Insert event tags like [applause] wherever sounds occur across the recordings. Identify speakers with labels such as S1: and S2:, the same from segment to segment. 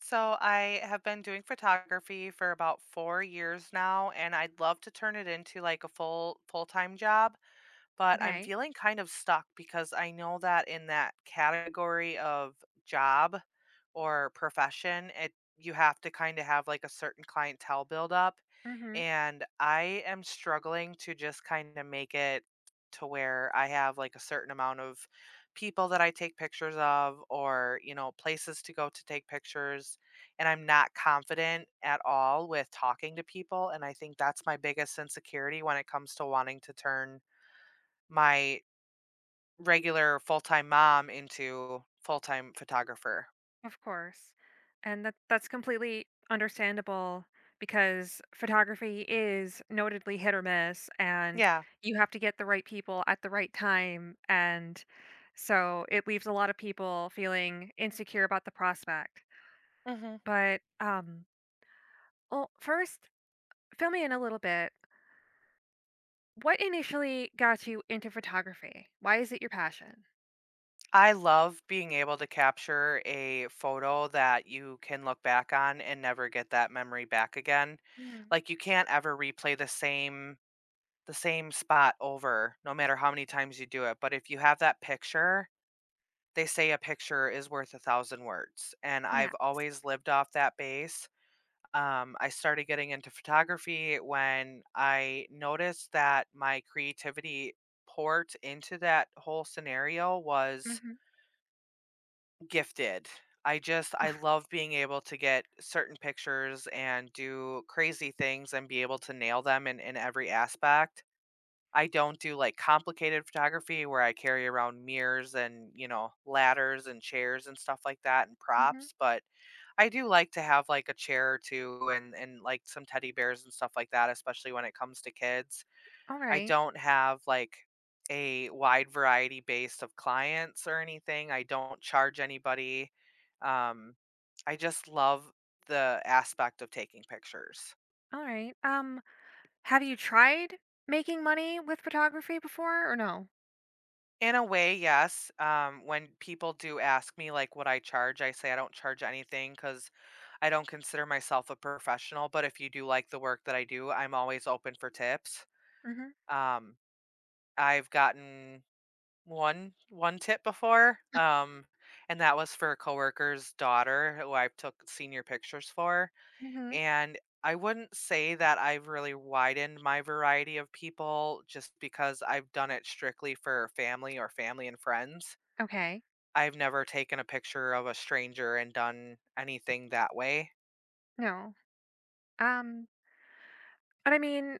S1: So I have been doing photography for about 4 years now, and I'd love to turn it into like a full-time job, but I'm
S2: Okay.
S1: feeling kind of stuck because I know that in that category of job or profession, it you have to kind of have like a certain clientele build up,
S2: Mhm.
S1: and I am struggling to just kind of make it to where I have like a certain amount of people that I take pictures of or, you know, places to go to take pictures, and I'm not confident at all with talking to people, and I think that's my biggest insecurity when it comes to wanting to turn my regular full-time mom into full-time photographer.
S2: Of course. And that's completely understandable because photography is notably hit or miss, and
S1: Yeah.
S2: you have to get the right people at the right time, and so it leaves a lot of people feeling insecure about the prospect.
S1: Mhm.
S2: But well, first fill me in a little bit. What initially got you into photography? Why is it your passion?
S1: I love being able to capture a photo that you can look back on and never get that memory back again.
S2: Mm,
S1: Like, you can't ever replay the same spot over no matter how many times you do it, but if you have that picture, they say a picture is worth a thousand words, and
S2: yeah.
S1: I've always lived off that base. I started getting into photography when I noticed that my creativity port into that whole scenario was
S2: Mhm.
S1: gifted. I love being able to get certain pictures and do crazy things and be able to nail them in every aspect. I don't do like complicated photography where I carry around mirrors and, you know, ladders and chairs and stuff like that and
S2: Mhm.
S1: props, but I do like to have, like, a chair or two and, like, some teddy bears and stuff like that, especially when it comes to kids.
S2: All
S1: I
S2: right.
S1: don't have, like, a wide variety base of clients or anything. I don't charge anybody. Um, I just love the aspect of taking pictures.
S2: All right. Have you tried making money with photography before or no?
S1: In a way, yes. When people do ask me, like, what I charge, I say I don't charge anything because I don't consider myself a professional, but if you do like the work that I do, I'm always open for tips.
S2: Mhm.
S1: Um I've gotten one tip before, and that was for a coworker's daughter who I took senior pictures for,
S2: Mhm.
S1: and I wouldn't say that I've really widened my variety of people just because I've done it strictly for family or family and friends.
S2: Okay.
S1: I've never taken a picture of a stranger and done anything that way.
S2: No. Um, but I mean,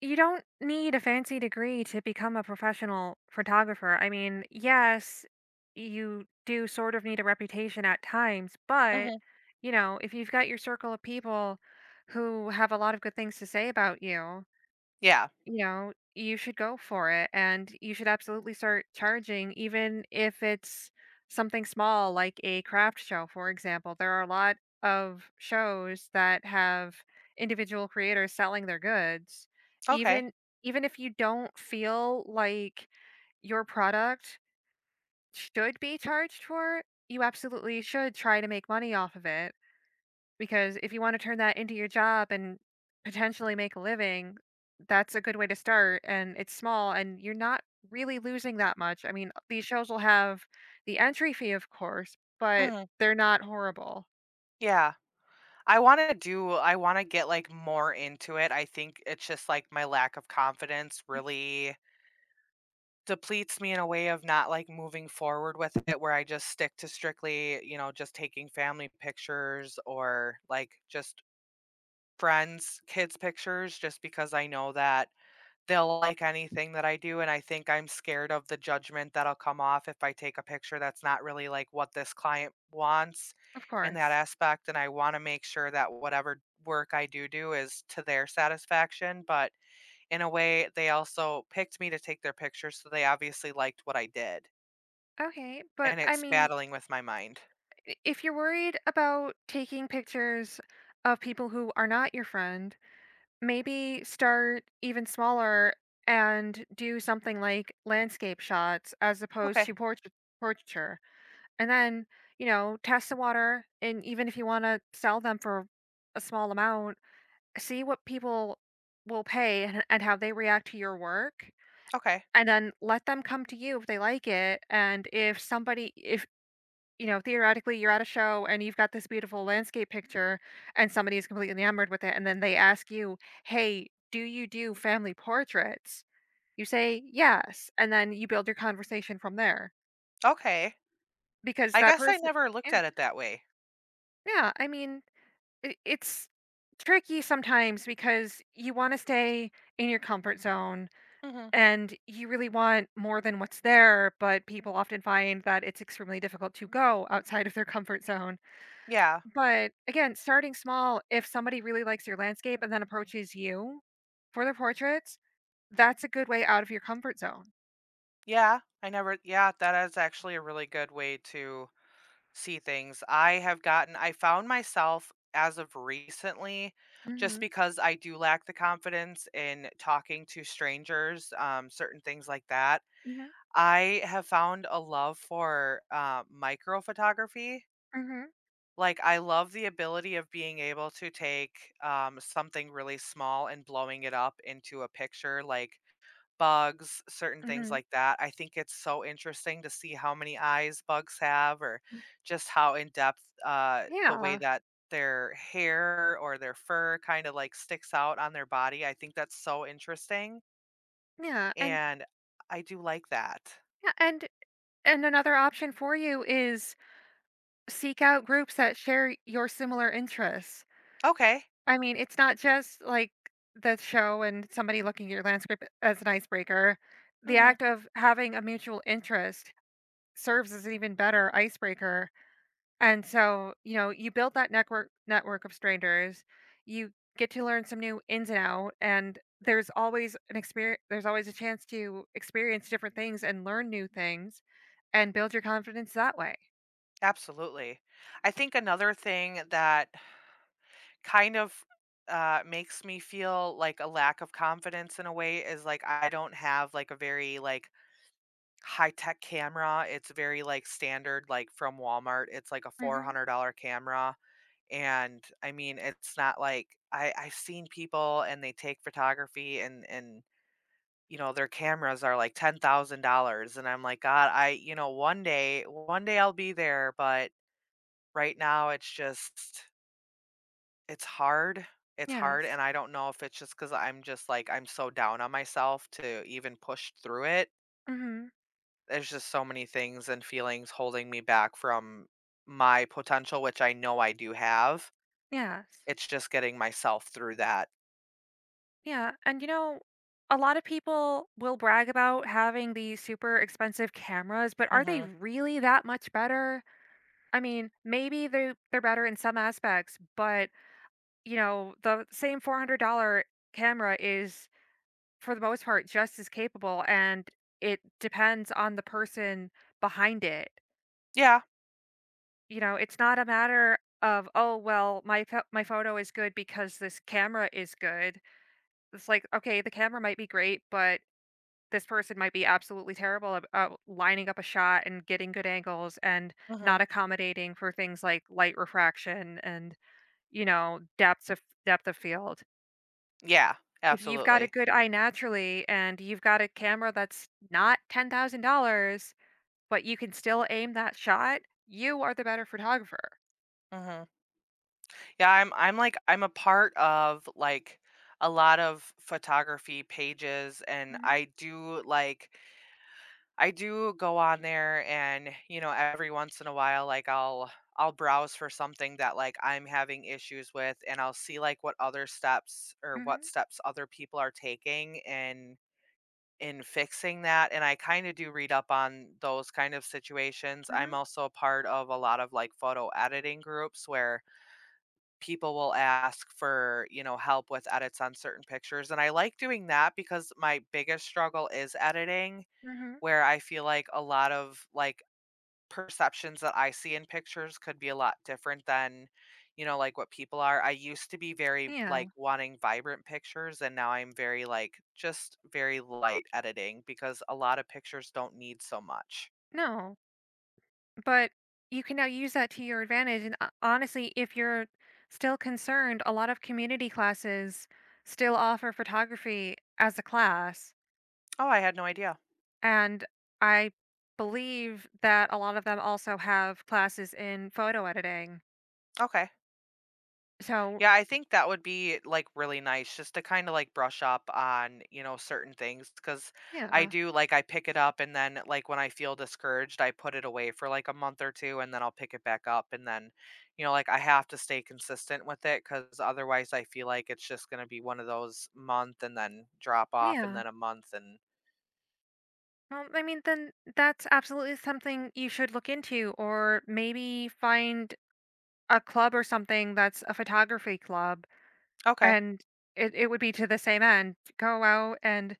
S2: you don't need a fancy degree to become a professional photographer. I mean, yes, you do sort of need a reputation at times, but
S1: Mhm.
S2: if you've got your circle of people who have a lot of good things to say about you,
S1: Yeah.
S2: you should go for it, and you should absolutely start charging, even if it's something small like a craft show, for example. There are a lot of shows that have individual creators selling their goods.
S1: Okay.
S2: Even even if you don't feel like your product should be charged for, you absolutely should try to make money off of it. Because if you wanna turn that into your job and potentially make a living, that's a good way to start, and it's small, and you're not really losing that much. I mean, these shows will have the entry fee, of course, but
S1: Mhm.
S2: they're not horrible.
S1: Yeah. I wanna get, like, more into it. I think it's just, like, my lack of confidence really depletes me in a way of not, like, moving forward with it, where I just stick to strictly, you know, just taking family pictures or, like, just friends, kids' pictures, just because I know that they'll like anything that I do, and I think I'm scared of the judgment that'll come off if I take a picture that's not really like what this client wants
S2: Of
S1: in that
S2: course.
S1: aspect, and I wanna make sure that whatever work I do do is to their satisfaction, but in a way, they also picked me to take their picture, so they obviously liked what I did,
S2: Okay, but
S1: and
S2: I
S1: it's
S2: mean,
S1: battling with my mind.
S2: I if you're worried about taking pictures of people who are not your friend, maybe start even smaller and do something like landscape shots as opposed
S1: Okay,
S2: to portraiture. And then, test the water, and even if you wanna sell them for a small amount, see what people will pay and how they react to your work,
S1: okay,
S2: and then let them come to you if they like it. And if, theoretically, you're at a show and you've got this beautiful landscape picture and somebody is completely enamored with it and then they ask you, "Hey, do you do family portraits?" You say, "Yes," and then you build your conversation from there
S1: okay.
S2: because
S1: I
S2: that
S1: guess I
S2: person.
S1: never looked
S2: Yeah,
S1: at it that way.
S2: yeah, I mean, it's tricky sometimes because you want to stay in your comfort zone
S1: Mhm.
S2: and you really want more than what's there, but people often find that it's extremely difficult to go outside of their comfort zone.
S1: Yeah,
S2: But again, starting small, if somebody really likes your landscape and then approaches you for their portraits, that's a good way out of your comfort zone.
S1: yeah, I never yeah, that is actually a really good way to see things. I have gotten I found myself as of recently, just
S2: Mm.
S1: because I do lack the confidence in talking to strangers, certain things like that.
S2: Hmm. Mm.
S1: I have found a love for micro photography.
S2: Hmm.
S1: Like, I love the ability of being able to take something really small and blowing it up into a picture. Like, bugs, certain
S2: Hmm.
S1: things
S2: Hmm.
S1: like that. I think it's so interesting to see how many eyes bugs have or just how in depth the way
S2: Yeah,
S1: that their hair or their fur kind of like sticks out on their body. I think that's so interesting.
S2: yeah, and
S1: And I do like that.
S2: yeah, and another option for you is seek out groups that share your similar interests.
S1: Okay.
S2: I mean, it's not just like the show and somebody looking at your landscape as an icebreaker. The
S1: Hmm.
S2: act of having a mutual interest serves as an even better icebreaker. And so, you build that network of strangers. You get to learn some new ins and out, and there's always a chance to experience different things and learn new things and build your confidence that way.
S1: Absolutely. I think another thing that kind of makes me feel like a lack of confidence in a way is like I don't have like a very like high-tech camera. It's very, like, standard, like, from Walmart. It's like a
S2: Mhm.
S1: $400 camera, and, I mean, it's not like I I've seen people and they take photography and, you know, their cameras are like $10,000, and I'm like, "God, I," you know, one day I'll be there," but right now it's just it's hard, it's hard, and
S2: Yes.
S1: I don't know if it's just because 'cause I'm just, like, I'm so down on myself to even push through it.
S2: Mhm.
S1: There's just so many things and feelings holding me back from my potential, which I know I do have.
S2: Yes.
S1: It's just getting myself through that.
S2: Yeah. And a lot of people will brag about having these super expensive cameras, but are they
S1: Hmm.
S2: really that much better? I mean, maybe they're better in some aspects, but the same $400 camera is, for the most part, just as capable, and it depends on the person behind it.
S1: Yeah.
S2: It's not a matter of, oh, well, my photo is good because this camera is good. It's like, okay, the camera might be great, but this person might be absolutely terrible about lining up a shot and getting good angles and
S1: Hmm.
S2: not accommodating for things like light refraction and depth of field.
S1: Yeah.
S2: If you've got a
S1: Absolutely.
S2: good eye naturally and you've got a camera that's not $10,000, but you can still aim that shot, you are the better photographer.
S1: Hmm. Yeah. I'm. I'm like. I'm a part of like a lot of photography pages, and
S2: Mhm.
S1: I do go on there and, you know, every once in a while like I'll browse for something that like I'm having issues with, and I'll see like what other steps or what
S2: Mhm.
S1: steps other people are taking in fixing that, and I kind of do read up on those kind of situations. I'm
S2: Mhm.
S1: also a part of a lot of like photo editing groups where people will ask for, you know, help with edits on certain pictures, and I like doing that because my biggest struggle is editing,
S2: Mhm.
S1: where I feel like a lot of, like, perceptions that I see in pictures could be a lot different than, you know, like, what people are. I used to be very,
S2: Yeah.
S1: like, wanting vibrant pictures, and now I'm very, like, just very light editing because a lot of pictures don't need so much.
S2: No. But you can now use that to your advantage. And honestly, if you're still concerned, a lot of community classes still offer photography as a class.
S1: Oh, I had no idea.
S2: And I believe that a lot of them also have classes in photo editing.
S1: Okay.
S2: So,
S1: Yeah, I think that would be like really nice just to kind of like brush up on, you know, certain things because I
S2: yeah.
S1: do like I pick it up, and then like when I feel discouraged, I put it away for like a month or two, and then I'll pick it back up. And then, you know, like I have to stay consistent with it because otherwise I feel like it's just going to be one of those month and then drop off and
S2: Yeah.
S1: then a month and
S2: Well, I mean, then that's absolutely something you should look into, or maybe find a club or something that's a photography club,
S1: okay.
S2: and it would be to the same end. Go out and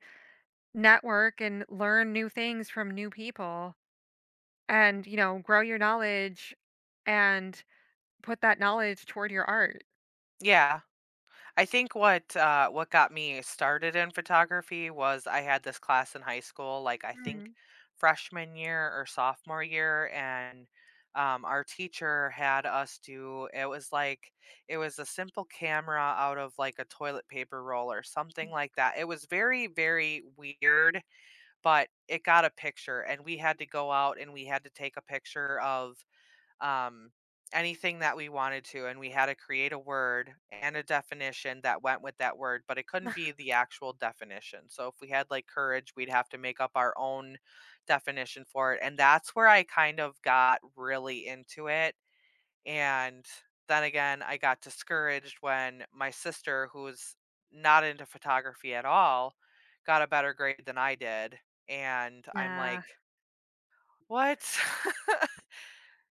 S2: network and learn new things from new people and, grow your knowledge and put that knowledge toward your art.
S1: Yeah. I think what what got me started in photography was I had this class in high school, like I think
S2: Mm.
S1: freshman year or sophomore year, and our teacher had us do it was like it was a simple camera out of like a toilet paper roll or something like that. It was very very weird, but it got a picture, and we had to go out and we had to take a picture of um, anything that we wanted to, and we had to create a word and a definition that went with that word, but it couldn't be
S2: [laughs]
S1: the actual definition. So if we had like courage, we'd have to make up our own definition for it. And that's where I kind of got really into it. And then again, I got discouraged when my sister, who's not into photography at all, got a better grade than I did. And I'm
S2: Yeah.
S1: like, what? [laughs]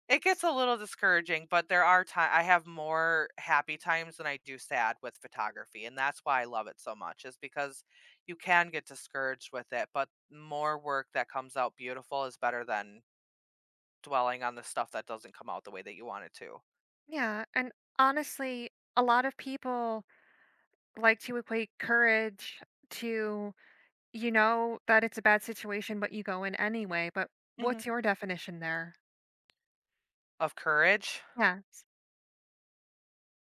S1: It gets
S2: S-
S1: a little discouraging, but there are ti I have more happy times than I do sad with photography, and that's why I love it so much is because you can get discouraged with it, but more work that comes out beautiful is better than dwelling on the stuff that doesn't come out the way that you want it to.
S2: Yeah. And honestly, a lot of people like to equate courage to, that it's a bad situation, but you go in anyway. But
S1: Mhm.
S2: what's your definition there?
S1: Of courage,
S2: Yeah.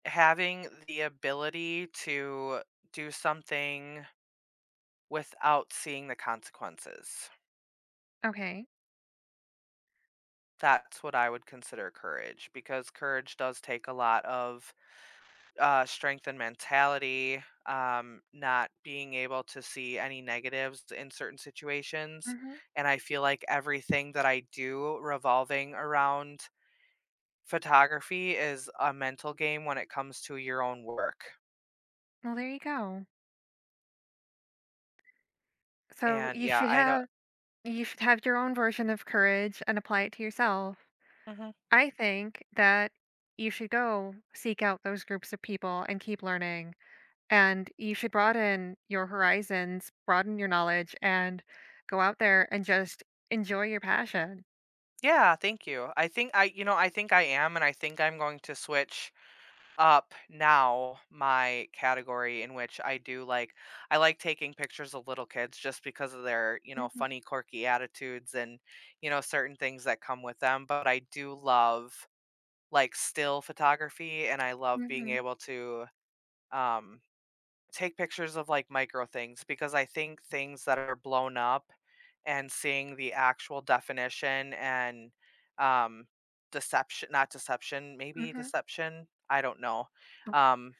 S1: having the ability to do something without seeing the consequences.
S2: Okay.
S1: That's what I would consider courage, because courage does take a lot of strength and mentality, not being able to see any negatives in certain situations.
S2: Hmm.
S1: And I feel like everything that I do revolving around photography is a mental game when it comes to your own work.
S2: Well, there you go. So
S1: And
S2: you
S1: yeah,
S2: should
S1: I don't.
S2: have you should have your own version of courage and apply it to yourself.
S1: Mhm.
S2: I think that you should go seek out those groups of people and keep learning. And you should broaden your horizons, broaden your knowledge, and go out there and just enjoy your passion.
S1: Yeah, thank you. I think I am, and I think I'm going to switch up now my category in which I like taking pictures of little kids just because of their, you know,
S2: Mhm,
S1: funny quirky attitudes and, you know, certain things that come with them, but I do love like still photography, and I love being
S2: mhm,
S1: able to um take pictures of like micro things because I think things that are blown up and seeing the actual definition and um deception, not deception, maybe
S2: mhm.
S1: deception, I don't know, um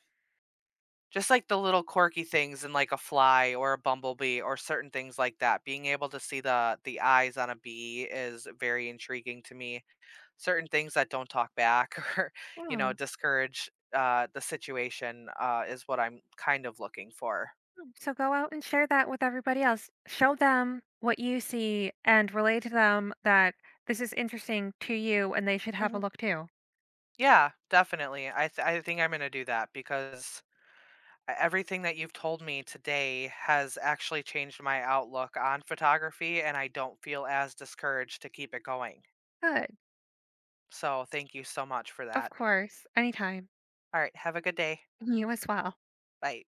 S1: just like the little quirky things in like a fly or a bumblebee or certain things like that. Being able to see the eyes on a bee is very intriguing to me. Certain things that don't talk back [laughs] or, you know,
S2: Oh,
S1: discourage the situation is what I'm kind of looking for.
S2: so go out and share that with everybody else. Show them what you see and relay to them that this is interesting to you and they should have a
S1: Mhm.
S2: look too.
S1: Yeah, definitely. I think I'm going to do that because everything that you've told me today has actually changed my outlook on photography, and I don't feel as discouraged to keep it going.
S2: Good.
S1: So thank you so much for
S2: Of
S1: that.
S2: course. Anytime.
S1: All right. Have a good day.
S2: You as well.
S1: Bye.